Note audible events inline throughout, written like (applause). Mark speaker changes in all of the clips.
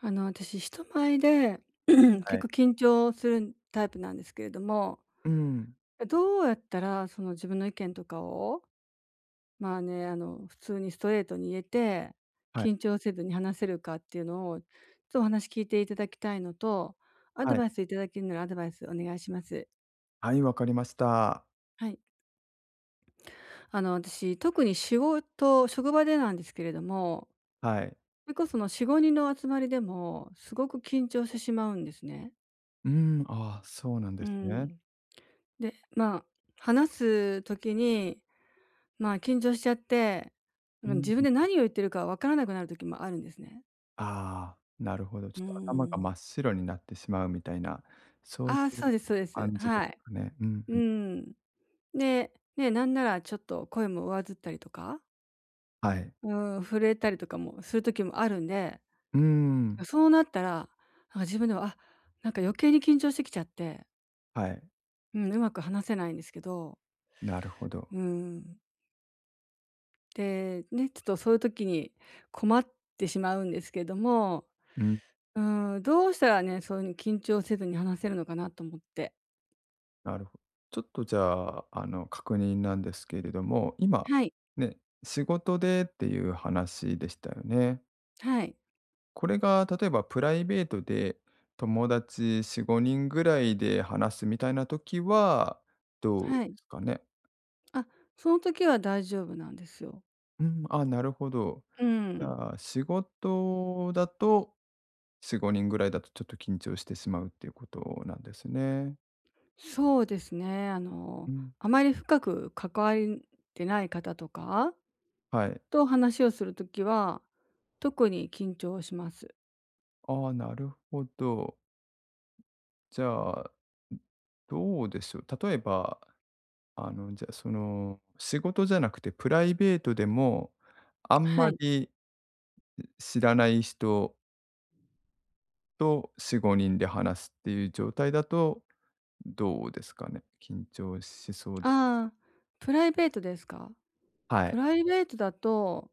Speaker 1: 私、人前で (clears throat) 結
Speaker 2: はい。
Speaker 1: 構緊張するタイプなんですけれども、
Speaker 2: うん。
Speaker 1: どうやったらその自分の意見とかを、まあね、普通にストレートに言えて、
Speaker 2: はい、
Speaker 1: 緊張せずに話せるかっていうのを、ちょっとお話聞いていただきたいのと、アド
Speaker 2: はい。
Speaker 1: バイスいただけるならアドバイスお願いします。
Speaker 2: はい、わかりました。
Speaker 1: はい。私、特に仕事、職場でなんですけれども、
Speaker 2: はい。
Speaker 1: それこその4、5人の集まりでも、すごく緊張してしまうんですね。
Speaker 2: うーん、ああ、そうなんで
Speaker 1: う
Speaker 2: すね。
Speaker 1: ん。で、まあ、話す時に、まあ、緊張しちゃって、な
Speaker 2: う
Speaker 1: んか
Speaker 2: ん。
Speaker 1: 自分で何を言ってるか分からなくなる時もあるんですね。
Speaker 2: ああ、なるほど。ち
Speaker 1: う
Speaker 2: ょっ
Speaker 1: ー
Speaker 2: と頭が真
Speaker 1: ん。
Speaker 2: っ白になってしまうみたいな、そうい
Speaker 1: ああ、
Speaker 2: う
Speaker 1: そうですそうです。
Speaker 2: 感じです
Speaker 1: はい。
Speaker 2: かね。うんう
Speaker 1: う
Speaker 2: ん。
Speaker 1: ん。で、ね、なんならちょっと声も上ずったりとか、
Speaker 2: はい。
Speaker 1: うん、震えたりとかもする時もあるんで、
Speaker 2: うーん、
Speaker 1: そうなったら、なんか自分では、あ、なんか余計に緊張してきちゃって、
Speaker 2: はい。
Speaker 1: うん、うまく話せないんですけど、
Speaker 2: なるほど。
Speaker 1: うーん。で、ね、ちょっとそういう時に困ってしまうんですけども、
Speaker 2: うん、
Speaker 1: うーん、どうしたらね、そういう緊張せずに話せるのかなと思って。
Speaker 2: なるほちょっとじゃあ、あの、確認なんですけれども、今、
Speaker 1: はい。
Speaker 2: ね、仕事でっていう話でしたよね。
Speaker 1: はい。
Speaker 2: これが例えばプライベートで友達4、5人ぐらいで話すみたいな時は、どうで
Speaker 1: はい。
Speaker 2: すかね。
Speaker 1: あ、その時は大丈夫なんですよ。
Speaker 2: うん、あ、なるほど。
Speaker 1: う
Speaker 2: じ
Speaker 1: ん。
Speaker 2: ゃあ、仕事だと4、5人ぐらいだとちょっと緊張してしまうっていうことなんですね。
Speaker 1: そうですね。
Speaker 2: うん。
Speaker 1: あまり深く関わりてない方とか
Speaker 2: はい。
Speaker 1: と話をする時は、特に緊張します。
Speaker 2: ああ、なるほど。じゃあ、どうでしょう。例えば、あの、じゃあ、その、仕事じゃなくてプライベートでも、あん
Speaker 1: は
Speaker 2: ま
Speaker 1: い。
Speaker 2: り知らない人と4、5人で話すっていう状態だと、どうですかね？緊張しそうで。
Speaker 1: ああ、プライベートですか？
Speaker 2: は
Speaker 1: プ
Speaker 2: い。
Speaker 1: ライベートだと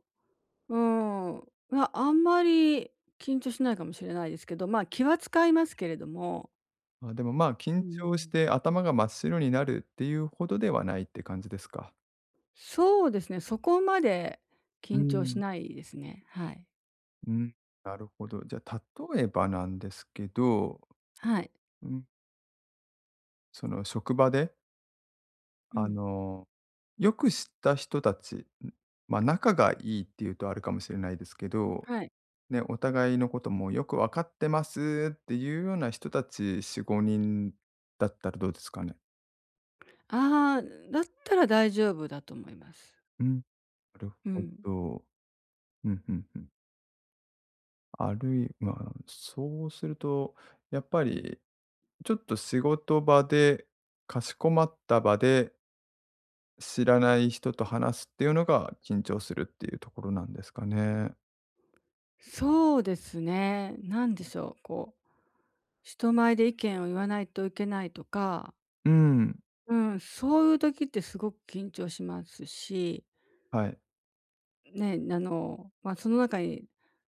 Speaker 1: うん。まああんまり緊張しないかもしれないですけど、ま、気は使いますけれども
Speaker 2: あ、でも、まあ、
Speaker 1: う
Speaker 2: 緊張し
Speaker 1: ん。
Speaker 2: て頭が真っ白になるっていうほどではないって感じですか？
Speaker 1: そうですね、そこまで
Speaker 2: う
Speaker 1: 緊張し
Speaker 2: ん、
Speaker 1: ないですね。はい。
Speaker 2: うん、なるほど。じゃ、あ、例えばなんですけど、
Speaker 1: はい。
Speaker 2: うん、その職場で、
Speaker 1: う
Speaker 2: あ
Speaker 1: ん。
Speaker 2: の、よく知った人たち、まあ、仲がいいっていうとあるかもしれないですけど
Speaker 1: はい。
Speaker 2: ね、お互いのこともよく分かってますっていうような人たち4、5人だったらどうですかね？
Speaker 1: ああ、だったら大丈夫だと思います。
Speaker 2: うん、なる
Speaker 1: う
Speaker 2: ほ
Speaker 1: ん。
Speaker 2: ど。うんうんうん。あるいは、そうすると、やっぱりちょっと仕事場で、かしこまった場で、知らない人と話すっていうのが緊張するっていうところなんですかね？
Speaker 1: そうですね、なんでしょう、こう、人前で意見を言わないといけないとか、
Speaker 2: うん、
Speaker 1: うん、そういう時ってすごく緊張しますし
Speaker 2: はい。
Speaker 1: ね、まあ、その中に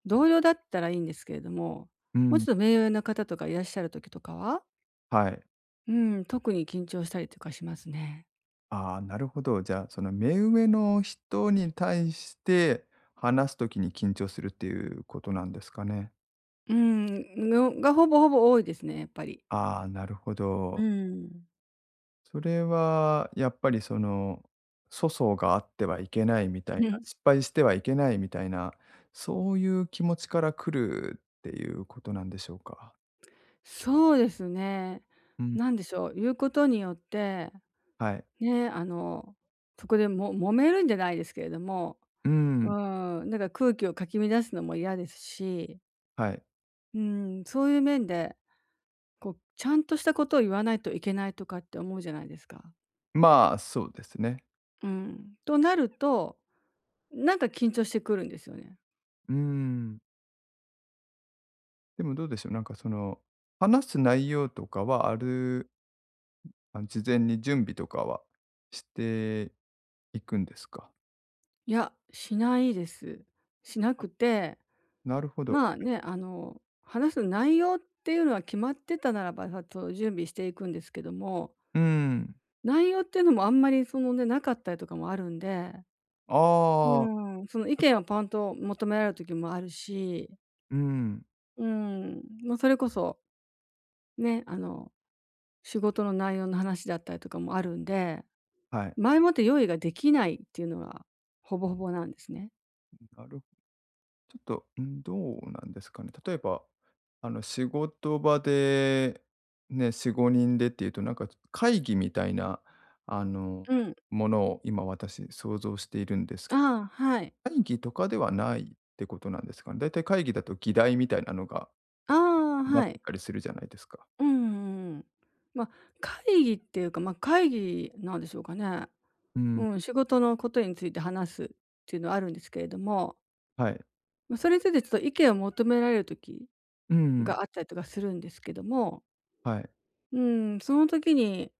Speaker 1: 同僚だったらいいんですけれども、
Speaker 2: う
Speaker 1: もうち
Speaker 2: ん、
Speaker 1: ょっと名誉な方とかいらっしゃる時とかは、
Speaker 2: はい。
Speaker 1: うん、特に緊張したりとかしますね。
Speaker 2: ああ、なるほど。じゃあ、その目上の人に対して話すときに緊張するっていうことなんですかね。
Speaker 1: うん、のがほぼほぼ多いですね、やっぱり。
Speaker 2: ああ、なるほ
Speaker 1: う
Speaker 2: ど。
Speaker 1: ん。
Speaker 2: それはやっぱりその、粗相があってはいけないみたいな、失
Speaker 1: (laughs)
Speaker 2: 敗してはいけないみたいな、そういう気持ちから来るっていうことなんでしょうか？
Speaker 1: そうですね。
Speaker 2: うん、
Speaker 1: なんでしょう、言うことによって、
Speaker 2: はい。
Speaker 1: ね、そこでも揉めるんじゃないですけれども、
Speaker 2: う
Speaker 1: う
Speaker 2: ん、
Speaker 1: ん、なんか空気をかき乱すのも嫌ですし、
Speaker 2: はい。
Speaker 1: うん、そういう面でこう、ちゃんとしたことを言わないといけないとかって思うじゃないですか。
Speaker 2: まあ、そうですね。
Speaker 1: うん。となると、なんか緊張してくるんですよね。
Speaker 2: うん。でもどうでしょう、なんかその、話す内容とかはあるあ、事前に準備とかはしていくんですか？
Speaker 1: いや、しないです。しなくて、
Speaker 2: なるほど。
Speaker 1: まあね、話す内容っていうのは決まってたならば、さと準備していくんですけども、
Speaker 2: うん。
Speaker 1: 内容っていうのもあんまりそのね、なかったりとかもあるんで、
Speaker 2: ああ、
Speaker 1: うん、その意
Speaker 2: なん
Speaker 1: 見を
Speaker 2: か、
Speaker 1: パンと求められる時もあるし、
Speaker 2: うん、
Speaker 1: うん、もうそれこそ、ね、仕事の内容の話だったりとかもあるんで、
Speaker 2: はい。
Speaker 1: 前もって用意ができないっていうのがほぼほぼなんですね。
Speaker 2: なるちょっと、うん、どうなんですかね。例えば、あの、仕事場で、ね、4、5人でっていうと、なんか、会議みたいな、あの、
Speaker 1: うん。
Speaker 2: ものを今私想像しているんですけ
Speaker 1: ああ、はい。
Speaker 2: ど、会議とかではないってことなんですかね？だいたい会議だと議題みたいなのが
Speaker 1: ああ、
Speaker 2: 決まっ
Speaker 1: は
Speaker 2: て
Speaker 1: い。
Speaker 2: たりするじゃないですか。
Speaker 1: うんうんうん。まあ、会議っていうか、まあ、会議なんでしょうかね。
Speaker 2: うん、
Speaker 1: うん、仕事のことについて話すっていうのはあるんですけれども、
Speaker 2: はい。
Speaker 1: ま、それについてちょっと意見を求められる時
Speaker 2: うんうん。
Speaker 1: があったりとかするんですけども、
Speaker 2: はい。
Speaker 1: うん、その時に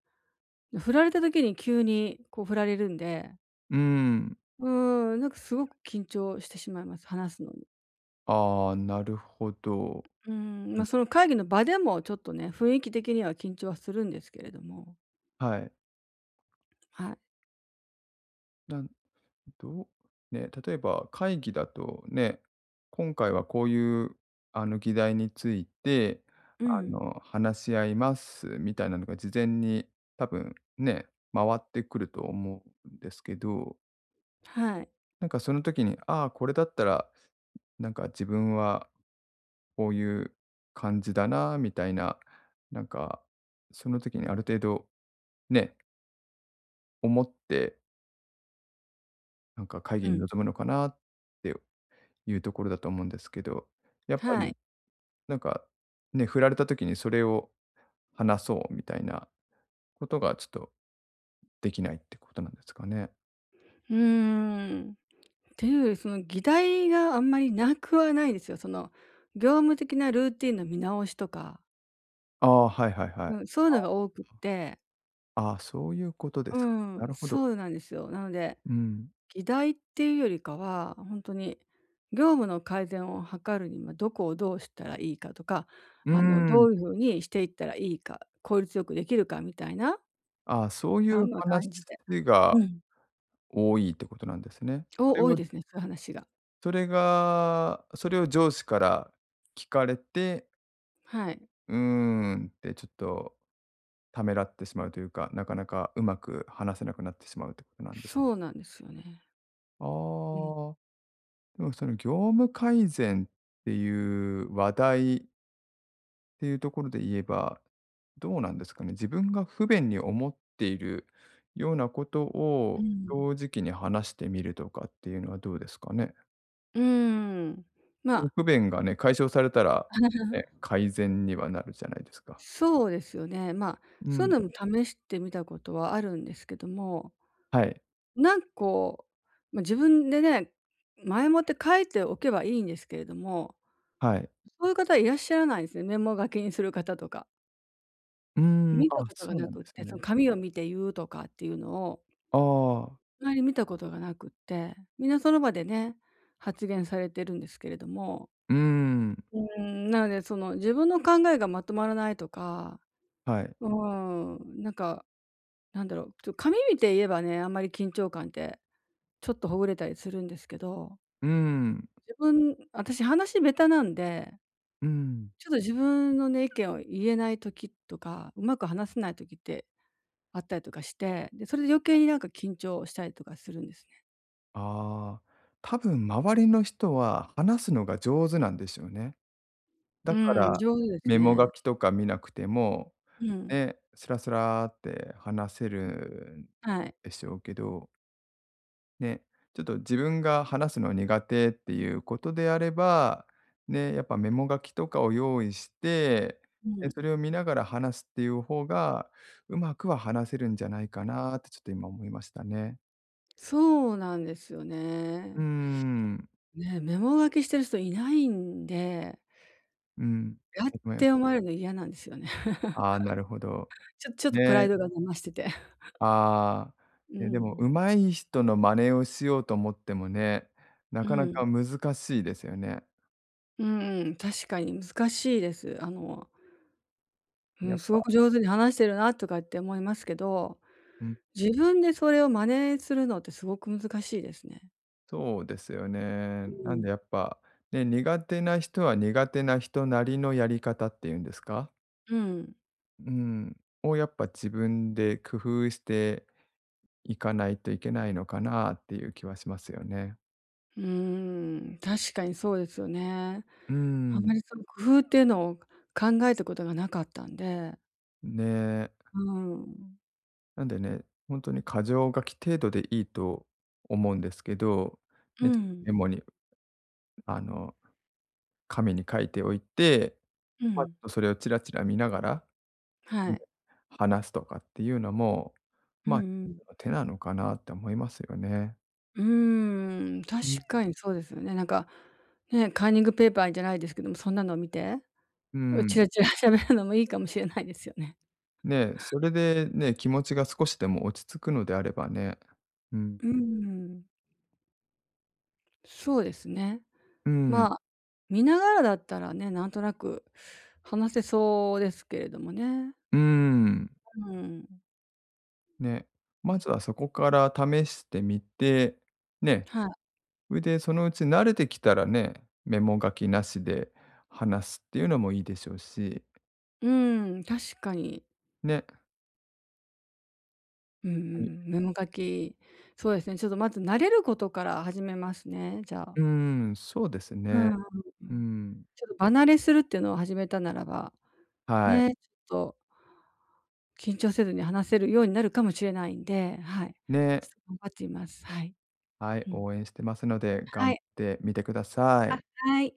Speaker 1: 振られた時に急にこう振られるんで
Speaker 2: うーん。
Speaker 1: うん、なんかすごく緊張してしまいます、話すのに。
Speaker 2: ああ、なるほど。
Speaker 1: うん。
Speaker 2: う
Speaker 1: ま
Speaker 2: ん。
Speaker 1: あ、その会議の場でもちょっとね、雰囲気的には緊張はするんですけれども、
Speaker 2: はい。
Speaker 1: はい。
Speaker 2: なんどうね、例えば会議だとね、今回はこういうあの議題について、
Speaker 1: う
Speaker 2: あ
Speaker 1: ん。
Speaker 2: の、話し合いますみたいなのが事前に多分ね、回ってくると思うんですけど、
Speaker 1: はい。
Speaker 2: なんかその時に、ああ、これだったら、なんか自分はこういう感じだなみたいな、なんか、その時にある程度ね、思って、なんか会
Speaker 1: う
Speaker 2: 議に
Speaker 1: ん。
Speaker 2: 臨むのかなっていうところだと思うんですけど、やっぱ
Speaker 1: は
Speaker 2: り
Speaker 1: い。
Speaker 2: なんか、ね、振られた時にそれを話そうみたいなことがちょっとできないってことなんですかね。
Speaker 1: うーん。っていうより、その議題があんまりなくはないですよ。その業務的なルーティンの見直しとか、
Speaker 2: ああ、はいはいはい。
Speaker 1: うん、そういうのが多くって
Speaker 2: ああ、そういうことで
Speaker 1: う
Speaker 2: すか。な
Speaker 1: ん、
Speaker 2: るほど。
Speaker 1: そうなんですよ。なので、
Speaker 2: うん。
Speaker 1: 議題っていうよりかは、本当に業務の改善を図るにはどこをどうしたらいいかとか、
Speaker 2: うー
Speaker 1: ど
Speaker 2: ん。
Speaker 1: ういう風にしていったらいいか、効率よくできるかみたいな、
Speaker 2: ああ、そうい
Speaker 1: あ
Speaker 2: う
Speaker 1: んな
Speaker 2: 話
Speaker 1: 感じで
Speaker 2: が
Speaker 1: うん。
Speaker 2: 多いってことなんですね。そ
Speaker 1: お
Speaker 2: れ
Speaker 1: 多い
Speaker 2: を
Speaker 1: ですね、そういう話が。
Speaker 2: それがそれを上司から聞かれて、
Speaker 1: はい。
Speaker 2: うーんってちょっとためらってしまうというか、なかなかうまく話せなくなってしまうってことなんです
Speaker 1: そ
Speaker 2: ね。
Speaker 1: うなんですよね。
Speaker 2: あ
Speaker 1: うん。
Speaker 2: あ、でもその業務改善っていう話題っていうところで言えば、どうなんですかね。自分が不便に思っているようなこと
Speaker 1: う
Speaker 2: を
Speaker 1: ん。
Speaker 2: 正直に話してみるとかっていうのはどうですかね。
Speaker 1: うーん。ま
Speaker 2: この
Speaker 1: あ、
Speaker 2: 不便がね、解消されたら、ね、
Speaker 1: (laughs)
Speaker 2: 改善にはなるじゃないですか。
Speaker 1: そうですよね。まあ、
Speaker 2: う
Speaker 1: そうい
Speaker 2: ん。
Speaker 1: うのも試してみたことはあるんですけども
Speaker 2: はい、
Speaker 1: なんかこう、ま、自分でね、前もって書いておけばいいんですけれども、
Speaker 2: はい。
Speaker 1: そういう方いらっしゃらないんですね、メモ書きにする方とか。
Speaker 2: うーん、あ、
Speaker 1: 見たことが
Speaker 2: そう
Speaker 1: な
Speaker 2: なんで
Speaker 1: くっ
Speaker 2: す
Speaker 1: て、その
Speaker 2: ね。
Speaker 1: 紙を見て言うとかっていうのを、
Speaker 2: ああ、
Speaker 1: あまり見たことがなくって、みんなその場でね、発言されてるんですけれども、
Speaker 2: うーん。
Speaker 1: うーん、なのでその自分の考えがまとまらないとか、
Speaker 2: はい。
Speaker 1: うーん、なんか、なんだろう、紙見て言えばね、あんまり緊張感ってちょっとほぐれたりするんですけど
Speaker 2: うん、
Speaker 1: 自分私話下手なんで、
Speaker 2: うん。
Speaker 1: ちょっと自分のね、意見を言えない時とか、うまく話せない時ってあったりとかして、で、それで余計になんか緊張したりとかするんですね。
Speaker 2: ああ、多分周りの人は話すのが上手なんですよね。だか
Speaker 1: うん、
Speaker 2: ら、
Speaker 1: 上手です
Speaker 2: メモ書
Speaker 1: ね。
Speaker 2: きとか見なくても、
Speaker 1: うん、
Speaker 2: ね、スラスラって話せるん
Speaker 1: はい。
Speaker 2: でしょうけど、ね、ちょっと自分が話すの苦手っていうことであれば、ね、やっぱメモ書きとかを用意して、
Speaker 1: う
Speaker 2: で、
Speaker 1: ん。
Speaker 2: それを見ながら話すっていう方が、うまくは話せるんじゃないかなってちょっと今思いましたね。
Speaker 1: そうなんですよ
Speaker 2: うー
Speaker 1: ね。
Speaker 2: ん。
Speaker 1: ね、メモ書きしてる人いないんで、
Speaker 2: うん。
Speaker 1: やっ
Speaker 2: (unintelligible)
Speaker 1: て思われるの嫌なんですよね。(laughs)
Speaker 2: ああ、なるほど。
Speaker 1: ちょっとプラ
Speaker 2: ね、
Speaker 1: イドが出ましてて。
Speaker 2: あ
Speaker 1: う
Speaker 2: あ、ね、でも
Speaker 1: ん。
Speaker 2: 上手い人の真似をしようと思ってもね、な
Speaker 1: う
Speaker 2: かな
Speaker 1: ん。
Speaker 2: か難しいですよね。
Speaker 1: うんうん、確かに難しいです。う
Speaker 2: や
Speaker 1: ん、
Speaker 2: っ
Speaker 1: す
Speaker 2: ぱ、
Speaker 1: ごく上手に話してるなとかって思いますけど、
Speaker 2: うん、
Speaker 1: 自分でそれを真似するのってすごく難しいですね。
Speaker 2: そうですよね。
Speaker 1: う
Speaker 2: なん
Speaker 1: ん。
Speaker 2: でやっぱ、ね、苦手な人は苦手な人なりのやり方っていうんですか？
Speaker 1: うん。
Speaker 2: うん、をやっぱ自分で工夫していかないといけないのかなっていう気はしますよね。
Speaker 1: うーん、確かにそうですよね。
Speaker 2: うー
Speaker 1: あん
Speaker 2: ん、
Speaker 1: まりその工夫っていうのを考えたことがなかったんで、
Speaker 2: ね。
Speaker 1: うん。
Speaker 2: なんでね、本当に箇条書き程度でいいと思うんですけど、
Speaker 1: う
Speaker 2: ね、
Speaker 1: ん、
Speaker 2: メモに、あの、紙に書いておいて、
Speaker 1: う
Speaker 2: まあ、ちょ
Speaker 1: ん、
Speaker 2: っとそれをチラチラ見ながら、
Speaker 1: はい。
Speaker 2: 話すとかっていうのも、
Speaker 1: うん
Speaker 2: ま、あ
Speaker 1: うん。
Speaker 2: 一つの手なのかなって思いますよね。
Speaker 1: うーん、確
Speaker 2: うん。
Speaker 1: かにそうですよね。なんか、ね、カーニングペーパーじゃないですけども、そんなのを見て、
Speaker 2: うん。
Speaker 1: チラチラ喋るのもいいかもしれないですよね。
Speaker 2: ね、それでね、気持ちが少しでも落ち着くのであればね。うん。
Speaker 1: うん。そうですね。
Speaker 2: うん。
Speaker 1: まあ、見ながらだったらね、なんとなく話せそうですけれどもね。
Speaker 2: うん。
Speaker 1: うん。
Speaker 2: ね、まずはそこから試してみて、ね、
Speaker 1: はい。
Speaker 2: それで、そのうち慣れてきたらね、メモ書きなしで話すっていうのもいいでしょうし、
Speaker 1: うん、確かに。
Speaker 2: ね。
Speaker 1: うんう
Speaker 2: はい。
Speaker 1: ん、メモ書き、そうですね、ちょっとまず慣れることから始めますね、じゃあ。
Speaker 2: うーん、そうです
Speaker 1: う
Speaker 2: ね。
Speaker 1: ん
Speaker 2: うん。
Speaker 1: ちょっと離れするっていうのを始めたならば、
Speaker 2: はい。
Speaker 1: ね、ちょっと緊張せずに話せるようになるかもしれないんで、はい。ちょっ
Speaker 2: ね。
Speaker 1: と頑張っています。はい。
Speaker 2: はい、
Speaker 1: うん。
Speaker 2: 応援してますので、頑
Speaker 1: は
Speaker 2: 張っ
Speaker 1: い。
Speaker 2: てみてくださ
Speaker 1: あ、
Speaker 2: い。
Speaker 1: はい。